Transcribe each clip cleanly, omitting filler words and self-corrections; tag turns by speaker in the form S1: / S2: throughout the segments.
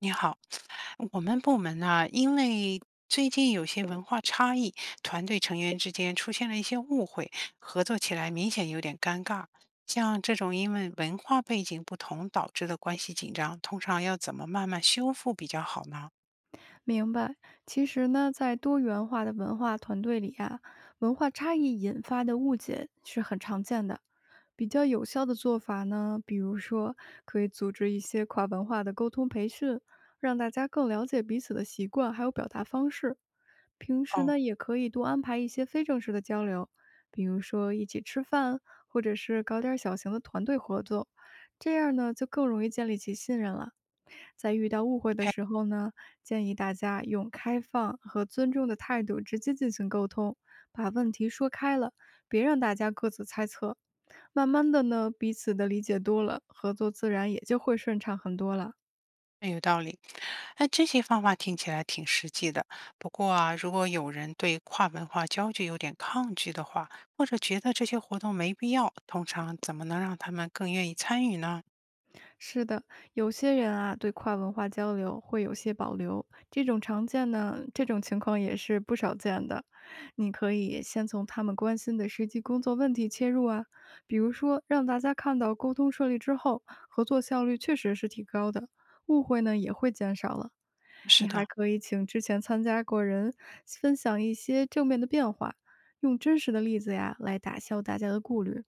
S1: 你好，我们部门呢，因为最近有些文化差异，团队成员之间出现了一些误会，合作起来明显有点尴尬。像这种因为文化背景不同导致的关系紧张，通常要怎么慢慢修复比较好呢？
S2: 明白。其实呢，在多元化的文化团队里啊，文化差异引发的误解是很常见的。比较有效的做法呢，比如说可以组织一些跨文化的沟通培训，让大家更了解彼此的习惯还有表达方式。平时
S1: 哦，
S2: 呢，也可以多安排一些非正式的交流，比如说一起吃饭，或者是搞点儿小型的团队合作，这样呢，就更容易建立起信任了。在遇到误会的时候呢，建议大家用开放和尊重的态度直接进行沟通，把问题说开了，别让大家各自猜测。慢慢的呢，彼此的理解多了，合作自然也就会顺畅很多了。
S1: 那有道理。那这些方法听起来挺实际的。不过啊，如果有人对跨文化交流有点抗拒的话，或者觉得这些活动没必要，通常怎么能让他们更愿意参与呢？
S2: 是的，有些人啊对跨文化交流会有些保留，这种常见呢，这种情况也是不少见的。你可以先从他们关心的实际工作问题切入啊，比如说让大家看到沟通顺利之后，合作效率确实是提高的，误会呢也会减少了。
S1: 是
S2: 你
S1: 的。
S2: 还可以请之前参加过人分享一些正面的变化，用真实的例子呀来打消大家的顾虑。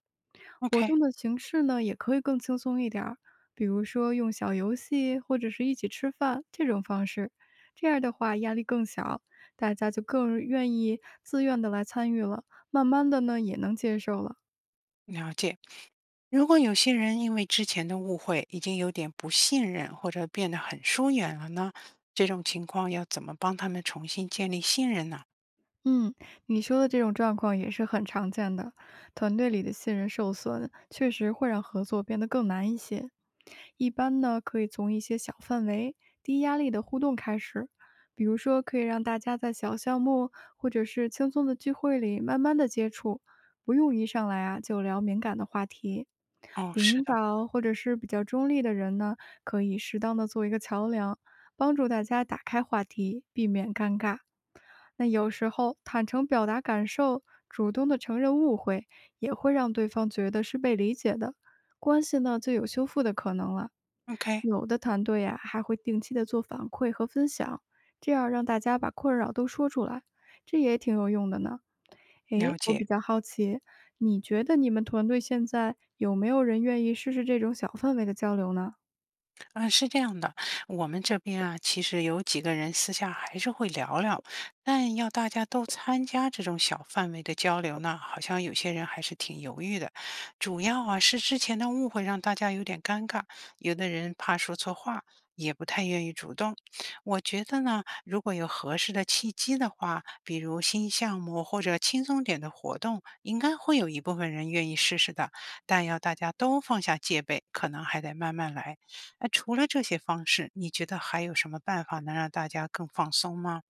S2: 活
S1: OK，
S2: 动的形式呢，也可以更轻松一点儿，比如说用小游戏或者是一起吃饭这种方式。这样的话压力更小，大家就更愿意自愿的来参与了，慢慢的呢也能接受了。
S1: 了解。如果有些人因为之前的误会，已经有点不信任，或者变得很疏远了呢？这种情况要怎么帮他们重新建立信任呢？
S2: 嗯，你说的这种状况也是很常见的。团队里的信任受损，确实会让合作变得更难一些。一般呢，可以从一些小范围、低压力的互动开始，比如说可以让大家在小项目或者是轻松的聚会里慢慢的接触，不用一上来啊就聊敏感的话题。
S1: 哦，是
S2: 领
S1: 的
S2: 导或者是比较中立的人呢，可以适当的做一个桥梁，帮助大家打开话题，避免尴尬。那有时候坦诚表达感受，主动的承认误会，也会让对方觉得是被理解的，关系呢就有修复的可能了。
S1: ，OK，
S2: 有的团队呀、还会定期的做反馈和分享，这样让大家把困扰都说出来，这也挺有用的呢。
S1: 了
S2: 诶，我
S1: 解。
S2: 比较好奇，你觉得你们团队现在有没有人愿意试试这种小范围的交流呢？
S1: 嗯，是这样的，我们这边啊，其实有几个人私下还是会聊聊，但要大家都参加这种小范围的交流呢，好像有些人还是挺犹豫的。主要啊是之前的误会让大家有点尴尬，有的人怕说错话，也不太愿意主动。我觉得呢，如果有合适的契机的话，比如新项目或者轻松点的活动，应该会有一部分人愿意试试的，但要大家都放下戒备，可能还得慢慢来。哎，除了这些方式，你觉得还有什么办法能让大家更放松吗？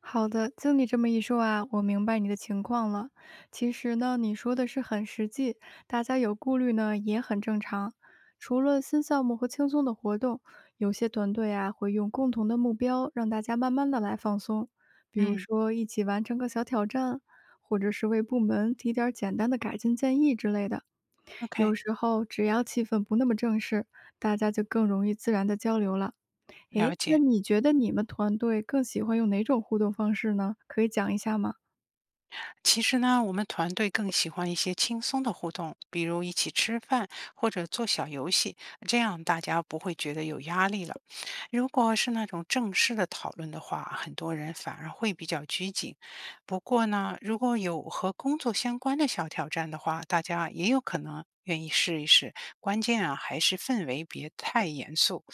S2: 好的，经你这么一说啊，我明白你的情况了。其实呢，你说的是很实际，大家有顾虑呢也很正常。除了新项目和轻松的活动，有些团队啊会用共同的目标让大家慢慢的来放松，比如
S1: 嗯
S2: 说一起完成个小挑战，或者是为部门提点儿简单的改进建议之类的。
S1: ，OK，
S2: 有时候只要气氛不那么正式，大家就更容易自然的交流了。
S1: 了
S2: 诶，那
S1: 解。
S2: 你觉得你们团队更喜欢用哪种互动方式呢？可以讲一下吗？
S1: 其实呢，我们团队更喜欢一些轻松的互动，比如一起吃饭或者做小游戏，这样大家不会觉得有压力了。如果是那种正式的讨论的话，很多人反而会比较拘谨。不过呢，如果有和工作相关的小挑战的话，大家也有可能愿意试一试。关键啊，还是氛围别太严肃。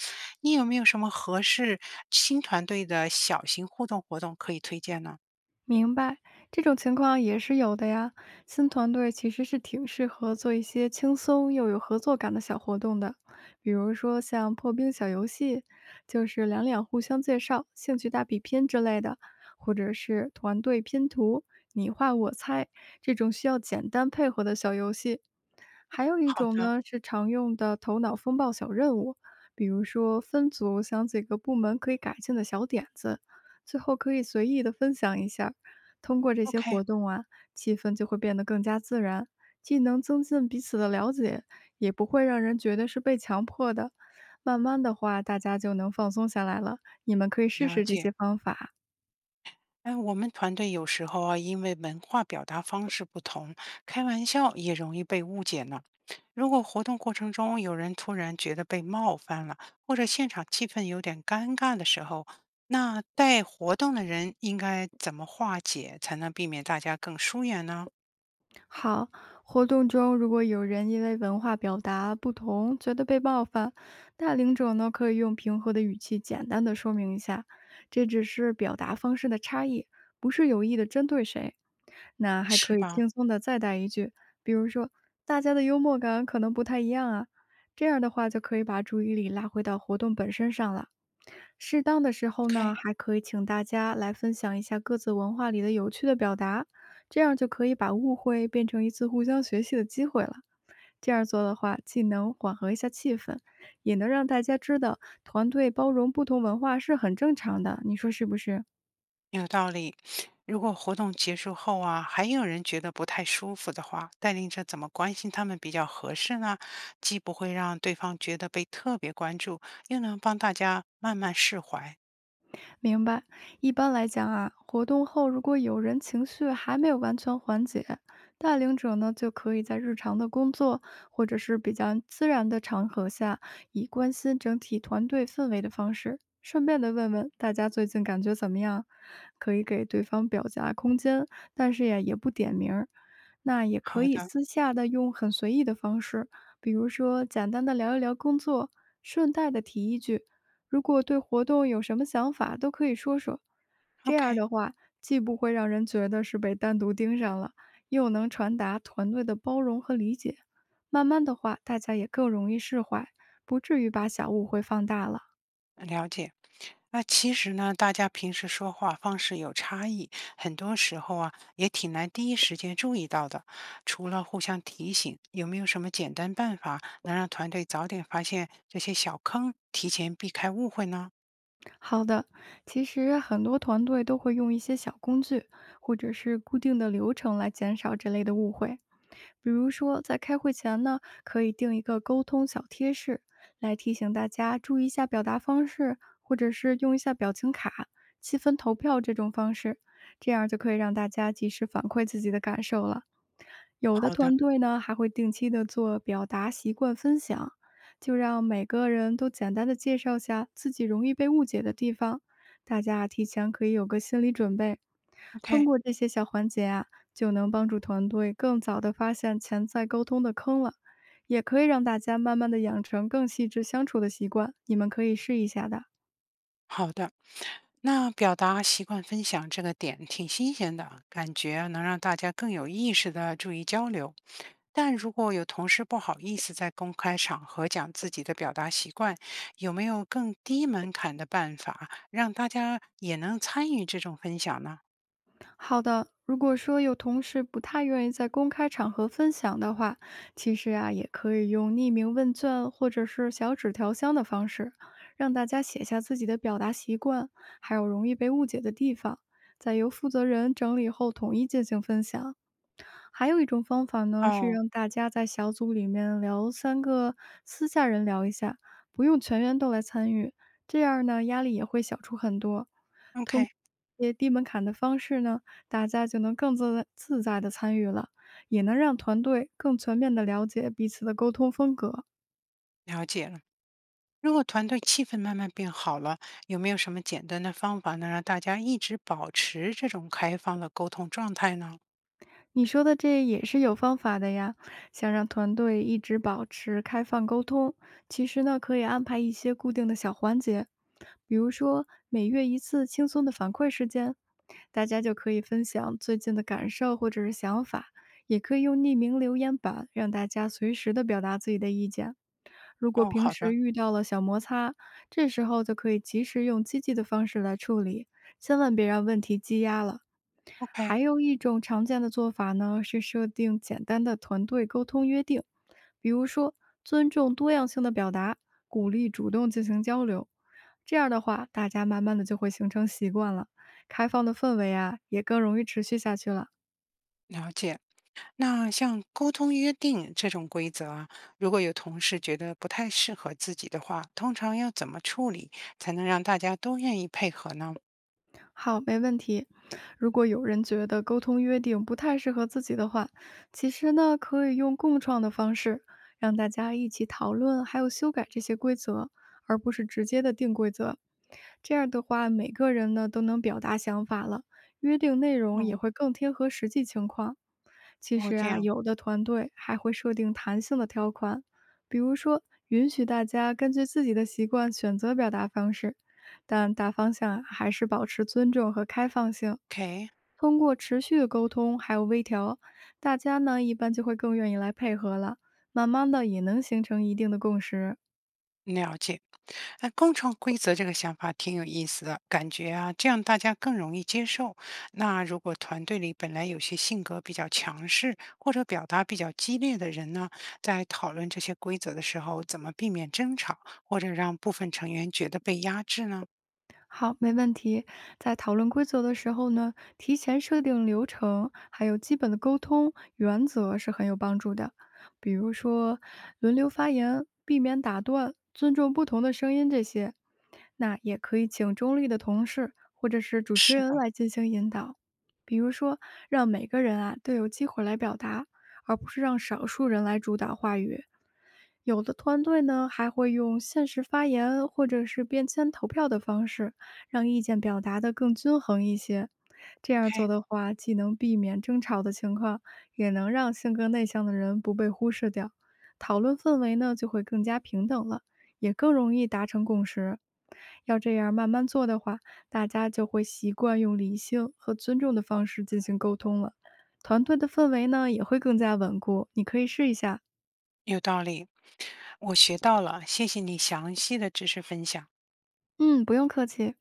S1: 你有没有什么合适新团队的小型互动活动可以推荐呢？
S2: 明白，这种情况也是有的呀。新团队其实是挺适合做一些轻松又有合作感的小活动的，比如说像破冰小游戏，就是两两互相介绍、兴趣大比拼之类的，或者是团队拼图、你画我猜这种需要简单配合的小游戏。还有一
S1: 好
S2: 种
S1: 的
S2: 呢是常用的头脑风暴小任务，比如说分组想几个部门可以改进的小点子，最后可以随意的分享一下。通过这些
S1: ，OK。
S2: 活动啊，气氛就会变得更加自然，既能增进彼此的了解，也不会让人觉得是被强迫的。慢慢的话，大家就能放松下来了。你们可以试
S1: 了
S2: 试这
S1: 解，
S2: 些方法。
S1: 哎，我们团队有时候啊，因为文化表达方式不同，开玩笑也容易被误解呢。如果活动过程中有人突然觉得被冒犯了，或者现场气氛有点尴尬的时候，那带活动的人应该怎么化解，才能避免大家更疏远呢？
S2: 好，活动中如果有人因为文化表达不同觉得被冒犯，带领者呢可以用平和的语气简单的说明一下，这只是表达方式的差异，不是有意的针对谁。那还
S1: 是
S2: 可以
S1: 吧
S2: 轻松的再带一句，比如说大家的幽默感可能不太一样啊，这样的话就可以把注意力拉回到活动本身上了。适当的时候
S1: ？OK，
S2: 呢，还可以请大家来分享一下各自文化里的有趣的表达，这样就可以把误会变成一次互相学习的机会了。这样做的话，既能缓和一下气氛，也能让大家知道团队包容不同文化是很正常的，你说是不是？
S1: 有道理。如果活动结束后啊，还有人觉得不太舒服的话，带领者怎么关心他们比较合适呢？既不会让对方觉得被特别关注，又能帮大家慢慢释怀。
S2: 明白。一般来讲啊，活动后如果有人情绪还没有完全缓解，带领者呢就可以在日常的工作或者是比较自然的场合下，以关心整体团队氛围的方式，顺便的问问大家最近感觉怎么样，可以给对方表达空间，但是呀也不点名儿。那也可
S1: 好
S2: 以
S1: 的
S2: 私下的用很随意的方式，比如说简单的聊一聊工作，顺带的提一句如果对活动有什么想法，都可以说说。这样
S1: ，OK，
S2: 的话，既不会让人觉得是被单独盯上了，又能传达团队的包容和理解。慢慢的话，大家也更容易释怀，不至于把小误会放大了。
S1: 了解。那其实呢，大家平时说话方式有差异，很多时候啊，也挺难第一时间注意到的。除了互相提醒，有没有什么简单办法能让团队早点发现这些小坑，提前避开误会呢？
S2: 好的，其实很多团队都会用一些小工具或者是固定的流程来减少这类的误会。比如说，在开会前呢，可以定一个沟通小贴士，来提醒大家注意一下表达方式，或者是用一下表情卡、积分投票这种方式，这样就可以让大家及时反馈自己的感受了。有的
S1: 好的
S2: 团队呢，还会定期的做表达习惯分享，就让每个人都简单的介绍下自己容易被误解的地方，大家啊提前可以有个心理准备。
S1: ，OK，
S2: 通过这些小环节啊，就能帮助团队更早的发现潜在沟通的坑了，也可以让大家慢慢的养成更细致相处的习惯。你们可以试一下的。
S1: 好的。那表达习惯分享这个点挺新鲜的，感觉能让大家更有意识的注意交流。但如果有同事不好意思在公开场合讲自己的表达习惯，有没有更低门槛的办法让大家也能参与这种分享呢？
S2: 好的，如果说有同事不太愿意在公开场合分享的话，其实啊，也可以用匿名问卷或者是小纸条箱的方式，让大家写下自己的表达习惯，还有容易被误解的地方，再由负责人整理后统一进行分享。还有一种方法呢，是
S1: 哦
S2: 让大家在小组里面聊三个，私下人聊一下，不用全员都来参与，这样呢，压力也会小出很多。
S1: ，OK，
S2: 些低门槛的方式呢，大家就能更自自在的参与了，也能让团队更全面的了解彼此的沟通风格。
S1: 了解了。如果团队气氛慢慢变好了，有没有什么简单的方法能让大家一直保持这种开放的沟通状态呢？
S2: 你说的这也是有方法的呀，想让团队一直保持开放沟通，其实呢，可以安排一些固定的小环节，比如说每月一次轻松的反馈时间，大家就可以分享最近的感受或者是想法，也可以用匿名留言板让大家随时的表达自己的意见。如果
S1: 哦，
S2: 平
S1: 好的
S2: 时遇到了小摩擦，这时候就可以及时用积极的方式来处理，千万别让问题积压了。
S1: ，OK，
S2: 还有一种常见的做法呢，是设定简单的团队沟通约定，比如说尊重多样性的表达，鼓励主动进行交流。这样的话，大家慢慢的就会形成习惯了，开放的氛围啊，也更容易持续下去了。
S1: 了解。那像沟通约定这种规则啊，如果有同事觉得不太适合自己的话，通常要怎么处理才能让大家都愿意配合呢？
S2: 好，没问题。如果有人觉得沟通约定不太适合自己的话，其实呢，可以用共创的方式，让大家一起讨论，还有修改这些规则，而不是直接的定规则。这样的话，每个人呢都能表达想法了，约定内容也
S1: 哦，
S2: 会更贴合实际情况。其
S1: 哦，
S2: 实
S1: 这
S2: 啊，
S1: 样
S2: 有的团队还会设定弹性的条款，比如说，允许大家根据自己的习惯选择表达方式，但大方向啊还是保持尊重和开放性。
S1: ，OK。
S2: 通过持续的沟通还有微调，大家呢一般就会更愿意来配合了，慢慢的也能形成一定的共识。
S1: 了解，哎，共创规则这个想法挺有意思的，感觉啊，这样大家更容易接受。那如果团队里本来有些性格比较强势或者表达比较激烈的人呢，在讨论这些规则的时候，怎么避免争吵，或者让部分成员觉得被压制呢？
S2: 好，没问题。在讨论规则的时候呢，提前设定流程，还有基本的沟通原则是很有帮助的。比如说，轮流发言，避免打断，尊重不同的声音这些。那也可以请中立的同事或者是主持
S1: 是
S2: 人
S1: 的
S2: 来进行引导，比如说让每个人啊都有机会来表达，而不是让少数人来主导话语。有的团队呢，还会用限时发言或者是便签投票的方式，让意见表达的更均衡一些。这样
S1: ，OK，
S2: 做的话，既能避免争吵的情况，也能让性格内向的人不被忽视掉。讨论氛围呢，就会更加平等了，也更容易达成共识。要这样慢慢做的话，大家就会习惯用理性和尊重的方式进行沟通了，团队的氛围呢也会更加稳固。你可以试一下。
S1: 有道理，我学到了，谢谢你详细的知识分享。
S2: 嗯，不用客气。